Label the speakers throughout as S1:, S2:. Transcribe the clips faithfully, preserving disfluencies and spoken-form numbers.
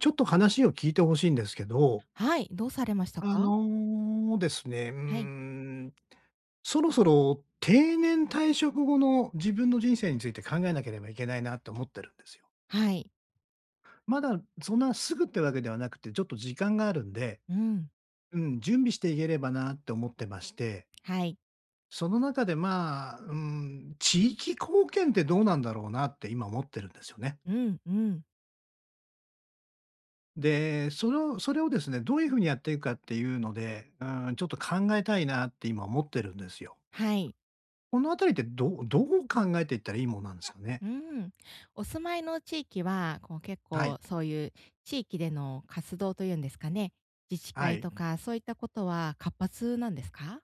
S1: ちょっと話を聞いてほしいんですけど、
S2: はい、どうされました
S1: あ
S2: か？
S1: のですね、うー
S2: はい。
S1: ん、そろそろ定年退職後の自分の人生について考えなければいけないなと思ってるんですよ。
S2: はい。
S1: まだそんなすぐってわけではなくて、ちょっと時間があるんで、
S2: うん。
S1: うん、準備していければなって思ってまして、
S2: はい。
S1: その中でまあ、うん、地域貢献ってどうなんだろうなって今思ってるんですよね。
S2: うん、うん。
S1: で、それをそれをですね、どういう風にやっていくかっていうので、うん、ちょっと考えたいなって今思ってるんですよ。
S2: はい。
S1: このあたりってどうどう考えていったらいいものなんですかね？
S2: うん。お住まいの地域は、こう、結
S1: はい、
S2: 構そういう地域での活動というんですかね、自治
S1: は
S2: 会
S1: い。
S2: とかそういったことは活発なんですか？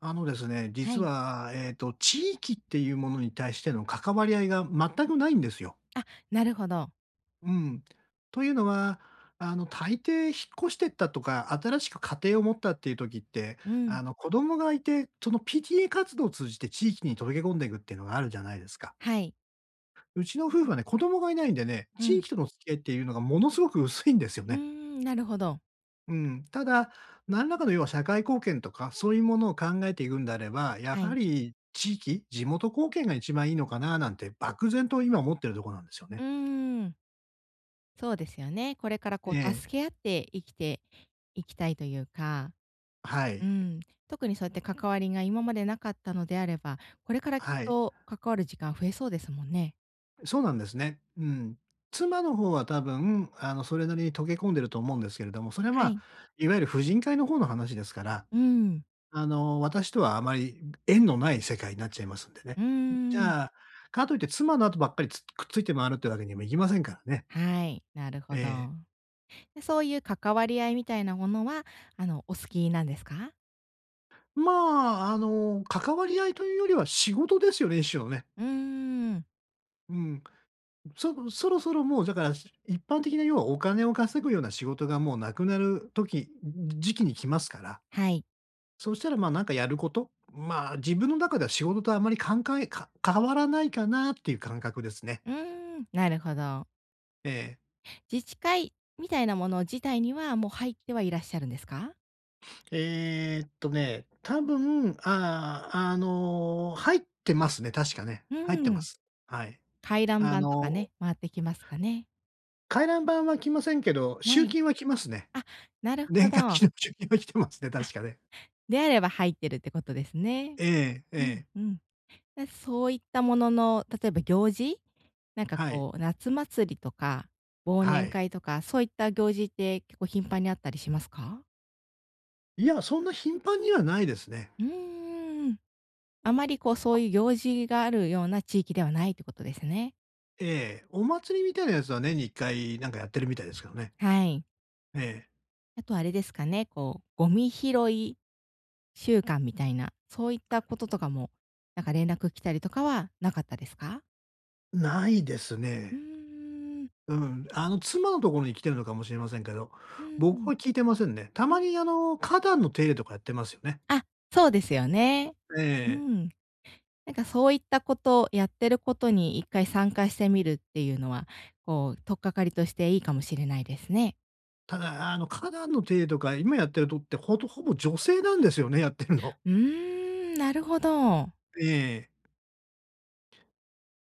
S1: あのですね、
S2: は
S1: 実
S2: い。
S1: は、えっと、地域っていうものに対しての関わり合いが全くないんですよ。
S2: あ、なるほど。
S1: うん。というのは、あの、大抵引っ越してったとか、新しく家庭を持ったっていう時って、
S2: うん。
S1: あの、子供がいて、その ピーティーエー 活動を通じて地域に溶け込んでいくっていうのがあるじゃないですか。
S2: はい。
S1: うちの夫婦はね、子供がいないんでね、
S2: う
S1: 地
S2: ん。
S1: 域との付き合いっていうのがものすごく薄いんですよ
S2: うー
S1: ね。
S2: ん、なるほど。
S1: うん。ただ、何らかの要は社会貢献とか、そういうものを考えていくんであれば、や
S2: は
S1: は
S2: い。
S1: り地域、地元貢献が一番いいのかななんて、漠然と今思ってるところなんですよ
S2: う
S1: ね。
S2: ーん、そうですよね。これからこう
S1: え
S2: 助
S1: え。
S2: け合って生きていきたいというか
S1: は
S2: う
S1: い。
S2: ん、特にそうやって関わりが今までなかったのであれば、これからきっ
S1: はい。
S2: と関わる時間増えそうですもんね。
S1: そうなんですね。うん。妻の方は多分、あの、それなりに溶け込んでると思うんですけれども、それはま
S2: は
S1: あ、
S2: い。
S1: いわゆる婦人会の方の話ですから、
S2: うん。
S1: あの、私とはあまり縁のない世界になっちゃいますんでね。
S2: うー
S1: じ
S2: ん。
S1: ゃあ、かといって妻の後ばっかりつくっついて回るってわけにもいきませんからね。
S2: はい、なる
S1: え
S2: ほ
S1: え。
S2: ど。で、そういう関わり合いみたいなものは、あの、お好きなんですか？
S1: まあ、あの、関わり合いというよりは仕事ですよね、一種のね。
S2: うーん、
S1: うん。そそろそろもうだから、一般的な要はお金を稼ぐような仕事がもうなくなる時時期に来ますから、
S2: はい。
S1: そしたらまあ、なんかやること、まあ、自分の中では仕事とあまり関係か変わらないかなっていう感覚ですね。
S2: うーん、なるほど。
S1: ええ。
S2: 自治会みたいなもの自体には、もう入ってはいらっしゃるんですか？
S1: えーっとね、多分、ああ、あの、入ってますね、確かね。
S2: う
S1: 入って
S2: ー
S1: ま
S2: ん、
S1: す。はい。
S2: 回覧
S1: あ
S2: 板とか
S1: の、
S2: ね、回ってきますかね？
S1: 回覧板は来ませんけど、
S2: は
S1: 集
S2: い。
S1: 金は来ますね。
S2: あ、なるほ
S1: 年
S2: ど。
S1: 会費の集金は来てますね、確
S2: あ
S1: かね。
S2: であれば入ってるってことですね。
S1: ええ、え
S2: うん
S1: え。
S2: うん。で、そういったものの、例えば行事、なんか
S1: はい、
S2: こう、夏祭りとか、忘
S1: は
S2: 年
S1: い。
S2: 会とか、そういった行事って結構頻繁にあったりしますか？
S1: いや、そんな頻繁にはないですね。
S2: うーん。あまりこう、そういう行事があるような地域ではないってことですね。
S1: ええ、お祭りみたいなやつは年にいっかいなんかやってるみたいですけどね。
S2: はい。
S1: ええ。
S2: あとあれですかね、こう、ゴミ拾い週間みたいな、そういったこととかも、なんか連絡来たりとかはなかったですか？
S1: ないです
S2: うー
S1: ね。
S2: ん。
S1: うん、あの、妻のところに来てるのかもしれませんけど、
S2: うんう
S1: 僕
S2: ん。
S1: は聞いてませんね。た
S2: う
S1: ま
S2: ん。
S1: にあの、花壇の手入れとかやってますよね。
S2: あ、そうですよね。
S1: え
S2: う
S1: え。
S2: ん。なんかそういったこと、やってることに一回参加してみるっていうのは、こう、取っかかりとしていいかもしれないですね。
S1: ただ、あの、花壇の手入れとか、今やってるとってほとほぼ女性なんですよね、やってるの。
S2: うーん、なるほど。
S1: ええ。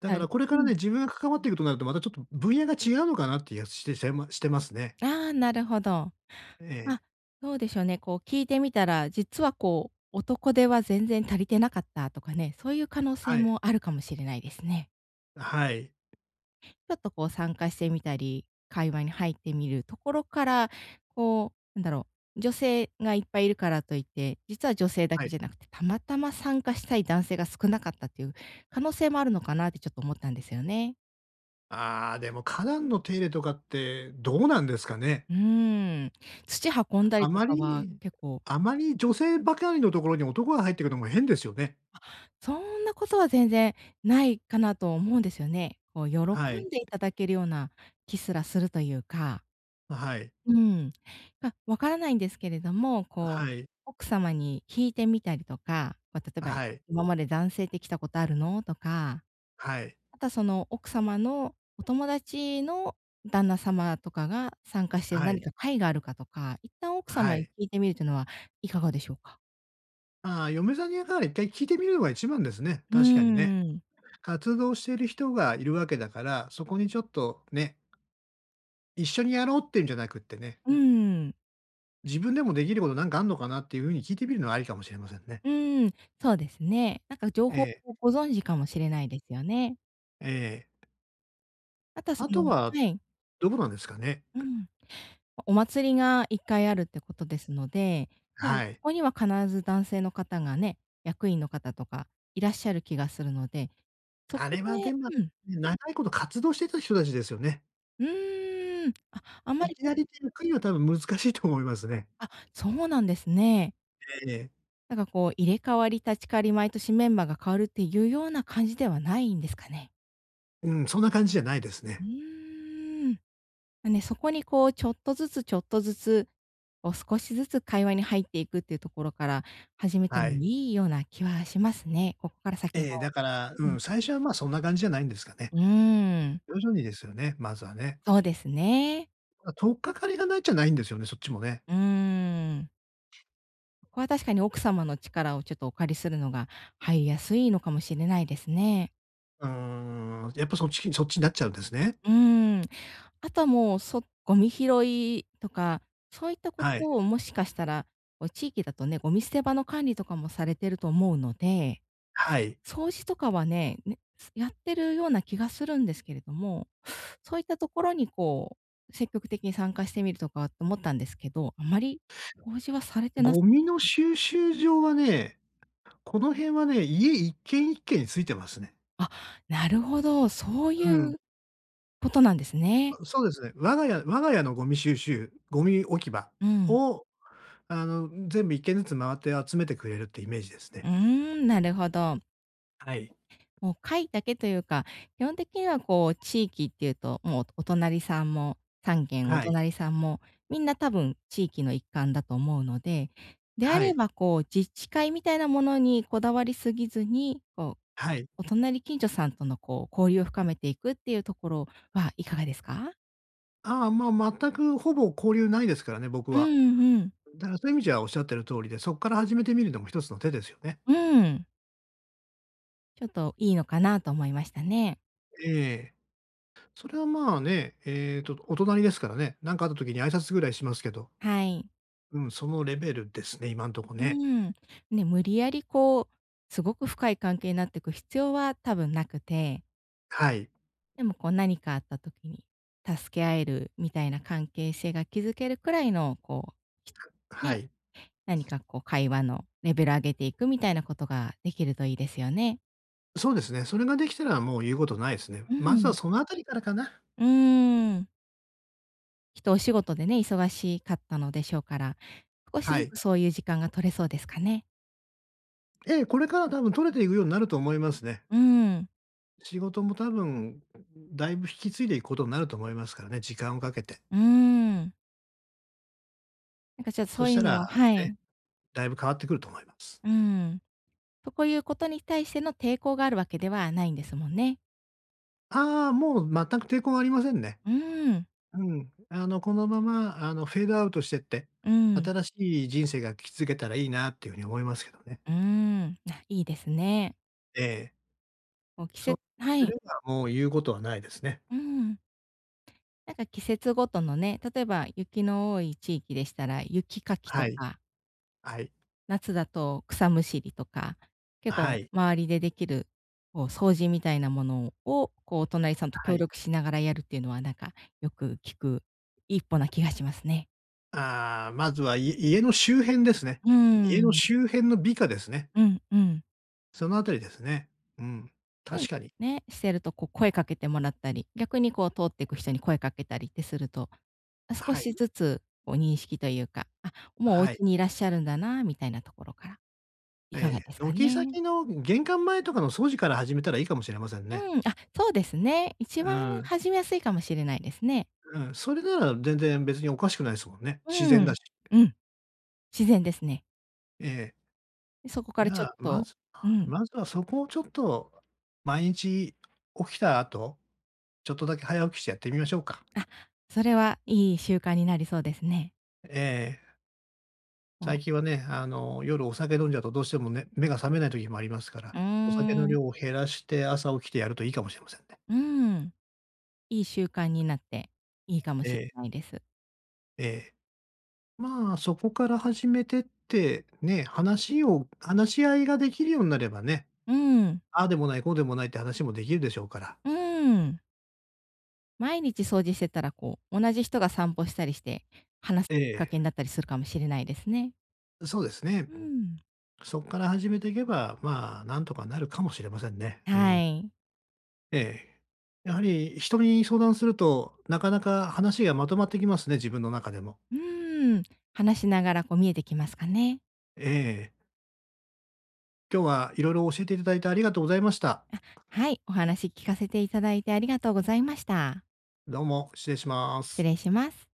S1: だか
S2: は
S1: ら
S2: い。
S1: これか
S2: う
S1: ら
S2: ん。
S1: ね、自分が関わっていくとなると、またちょっと分野が違うのかなっていう気がしてしてましてますね。
S2: ああ、なるほど。
S1: え
S2: あ、
S1: え。
S2: どうでしょうね、こう聞いてみたら、実はこう、男手は全然足りてなかったとかね、そういう可能性
S1: はい。
S2: もあるかもしれないですね。
S1: はい。
S2: ちょっとこう参加してみたり、会話に入ってみるところから、こう、なんだろう、女性がいっぱいいるからといって、実は女性だ
S1: は
S2: け
S1: い。
S2: じゃなくて、たまたま参加したい男性が少なかったっていう可能性もあるのかなってちょっと思ったんですよね。
S1: ああ、でも花壇の手入れとかってどうなんですかね。
S2: うーん。土運んだり
S1: あ
S2: と
S1: ま
S2: かは
S1: り
S2: 結構、
S1: あまり女性ばかりのところに男が入ってくるのも変ですよね。
S2: そんなことは全然ないかなと思うんですよね。こう喜
S1: はい。
S2: んでいただけるような気すらするというか。
S1: はい。
S2: うん。が、分からないんですけれども、こう、
S1: はい。
S2: 奥様に聞いてみたりとか、ま、例えば
S1: はい。
S2: 「今まで男性って来たことあるの？」とか、
S1: はい。
S2: あとはその奥様のお友達の旦那様とかが参加してる
S1: は
S2: 何
S1: い。
S2: か会があるかとか、一旦奥
S1: は
S2: 様に聞
S1: い。
S2: いてみるというのはいかがでしょうか？
S1: ああ、嫁さんにやから、一回聞いてみるのが一番ですね。
S2: う
S1: 確かにね。
S2: ーん。
S1: 活動している人がいるわけだから、そこにちょっとね、一緒にやろうっていうんじゃなくってね、
S2: うーん。
S1: 自分でもできることなんかあんのかなっていう風に聞いてみるのはありかもしれませんね。
S2: うーん、そうですね。なんか情
S1: え
S2: 報
S1: え、
S2: をご存知かもしれないですよね。
S1: ええ。
S2: あとはそ
S1: あ
S2: の
S1: と
S2: は
S1: は、
S2: い。
S1: どこなんですかね。
S2: うん。お祭りがいっかいあるってことですので、多分
S1: は
S2: そ
S1: い。
S2: こには必ず男性の方がね、役員の方とかいらっしゃる気がするので、そこ
S1: あれはで
S2: で
S1: も、ね
S2: うん、
S1: 長いこと活動してた人たちですよね。
S2: うーん、あ、あんま
S1: い
S2: り
S1: き
S2: こ
S1: なりっ
S2: う
S1: ていう杭は多分難しいと思いますね。
S2: あ、そうなんですね。
S1: ええ。
S2: なんかこう入れ替わり立ち代わり毎年メンバーが変わるっていうような感じではないんですかね？
S1: うん、そんな感じじゃないです
S2: う
S1: ね。
S2: ーん。ま、ね、そこにこうちょっとずつちょっとずつ、こう少しずつ会話に入っていくっていうところから始めて
S1: は
S2: も
S1: い。
S2: いいような気はしますね。ここから先も。
S1: ええ、だから、う
S2: うん。
S1: ん、最初は、ま、そんな感じじゃないんですかね。
S2: うーん。
S1: 徐々にですよね、まずはね。
S2: そうですね。
S1: ま、取っかかりがないっちゃないんですよね、そっちもね。
S2: うーん。ここは確かに奥様の力をちょっとお借りするのが入りやすいのかもしれないですね。
S1: うーん、やっぱそっちそっちになっちゃうんですね。
S2: うーん。あとはもう、そゴミ拾いとか、そういったこと
S1: はい。
S2: をもしかしたら、こう地域だとね、ゴミ捨て場の管理とかもされてると思うので
S1: はい。
S2: 掃除とかはね、ね、やってるような気がするんですけれども、そういったところにこう、積極的に参加してみるとかって思ったんですけど、あまり掃除はされてなさ
S1: ゴミの
S2: そう
S1: 収集場はね、この辺はね、家一軒一軒についてますね。
S2: あ、なるほど、そうい
S1: うん、
S2: うことなんですね。
S1: そそうですね。我が家我が家のゴミ収集ゴミ置き場
S2: うん。
S1: を、あの、全部一軒ずつ回って集めてくれるってイメージですね。
S2: うーん、なるほど。
S1: はい。
S2: もう会だけというか、基本的にはこう地域っていうと、もうお隣さんも三軒お
S1: はい。
S2: 隣さんも、みんな多分地域の一環だと思うので、であ
S1: は
S2: れ
S1: い。
S2: ばこう自治会みたいなものにこだわりすぎずに、こう、
S1: はい。
S2: お隣近所さんとのこう交流を深めていくっていうところはいかがですか？
S1: ああ、まあ、全くほぼ交流ないですからね、僕
S2: う
S1: は。
S2: んうん。
S1: だからそういう意味じゃおっしゃってる通りで、そこから始めてみるのも一つの手ですよね。
S2: うん。ちょっといいのかなと思いましたね。
S1: ええ。それはまあね、えっと、お隣ですからね、なんかあった時に挨拶ぐらいしますけど、
S2: はい。
S1: うん、そのレベルですね、今んとこ
S2: う
S1: ね。
S2: ん。ね、無理やりこう、すごく深い関係になっていく必要は多分なくて、
S1: はい。
S2: でもこう何かあった時に助け合えるみたいな関係性が築けるくらいのこう、
S1: は
S2: ね、
S1: い。
S2: 何かこう会話のレベル上げていくみたいなことができるといいですよね。
S1: そうですね、それができたらもう言うことないですね。
S2: う
S1: まずは
S2: ん。
S1: そのあたりからかな。
S2: うーん。きっとお仕事でね、忙しかったのでしょうから、少し
S1: は
S2: ず
S1: い。
S2: つそういう時間が取れそうですかね。
S1: ええ、これから多分取れていくようになると思いますね。
S2: うーん。
S1: 仕事も多分、だいぶ引き継いでいくことになると思いますからね、時間をかけて。
S2: うーん。なんかちょっと
S1: そ
S2: そう
S1: し
S2: いう
S1: た
S2: の
S1: ら
S2: はは
S1: ね
S2: い。
S1: だいぶ変わってくると思います。
S2: うーん。そういうことに対しての抵抗があるわけではないんですもんね。
S1: ああ、もう全く抵抗はありませんね。
S2: うーん、
S1: うん。あの、このまま、あの、フェードアウトしてって、
S2: うん、
S1: 新しい人生が築けたらいいなっていうふうに思いますけどね。
S2: うーん、あ、いいですね。
S1: ええ。
S2: もう季
S1: そう
S2: 節は
S1: すれ
S2: い、
S1: ばもう言うことはないですね。
S2: うん。なんか季節ごとのね、例えば雪の多い地域でしたら、雪かきと
S1: はい。
S2: か、
S1: はい。
S2: 夏だと草むしりとか、結
S1: は
S2: 構
S1: い。
S2: 周りでできる、こう掃除みたいなものを、こうお隣さんと
S1: は
S2: 協
S1: い。
S2: 力しながらやるっていうのは、なんかよく聞く一歩な気がしますね。
S1: ああ、まずは、い家の周辺ですね。
S2: うー
S1: 家の
S2: ん、
S1: 周辺の美化ですね。
S2: うんうん。
S1: そのあたりですね。うん。
S2: そうい
S1: 確
S2: う
S1: かに。
S2: ね、してるとこう声かけてもらったり、逆にこう通っていく人に声かけたりってすると、あ、少
S1: は
S2: し
S1: い。
S2: ずつこう認識というか、あ、もうお
S1: は
S2: 家
S1: い。
S2: にいらっしゃるんだなみたいなところから、いかが
S1: ええ。
S2: ですか
S1: 軒
S2: ね？
S1: 先の玄関前とかの掃除から始めたらいいかもしれませんね。
S2: うん、あ、そうですね。一
S1: う
S2: 番
S1: ん、
S2: 始めやすいかもしれないですね。
S1: うん、それなら全然別におかしくないですもんね。自
S2: う
S1: 然だ
S2: ん。
S1: し。
S2: うん、自然ですね。
S1: ええ。
S2: そこか
S1: じ
S2: らち
S1: ゃ
S2: ょっ
S1: あ、ま
S2: と
S1: ず
S2: うん、
S1: まずはそこをちょっと、毎日起きた後、ちょっとだけ早起きしてやってみましょうか。
S2: あ、それはいい習慣になりそうですね。
S1: ええ。
S2: こう
S1: 最近はね、あの、夜お酒飲んじゃうとどうしてもね、目が覚めない時もありますから、
S2: うー
S1: お酒の
S2: ん、
S1: 量を減らして朝起きてやるといいかもしれませんね。
S2: うん、いい習慣になっていいかもし
S1: ええ、
S2: れないです。
S1: ええ。まあ、そこから始めてって、ね、話を話し合いができるようになればね、
S2: うん。
S1: ああでもない、こうでもないって話もできるでしょうから。
S2: うーん。毎日掃除してたら、こう、同じ人が散歩したりして、話すきっか
S1: え
S2: けになったりするかもしれないですね。
S1: え、そうですね。
S2: うん。
S1: そこから始めていけば、まあ、なんとかなるかもしれませんね。う
S2: は
S1: ん。
S2: い。
S1: ええ。やはり人に相談すると、なかなか話がまとまってきますね、自分の中でも。
S2: うーん。話しながら、こう、見えてきますかね。
S1: ええ。今日はいろいろ教えていただいてありがとうございました。
S2: はい、お話聞かせていただいてありがとうございました。
S1: どうも、失礼しま
S2: 失
S1: す。
S2: 礼します。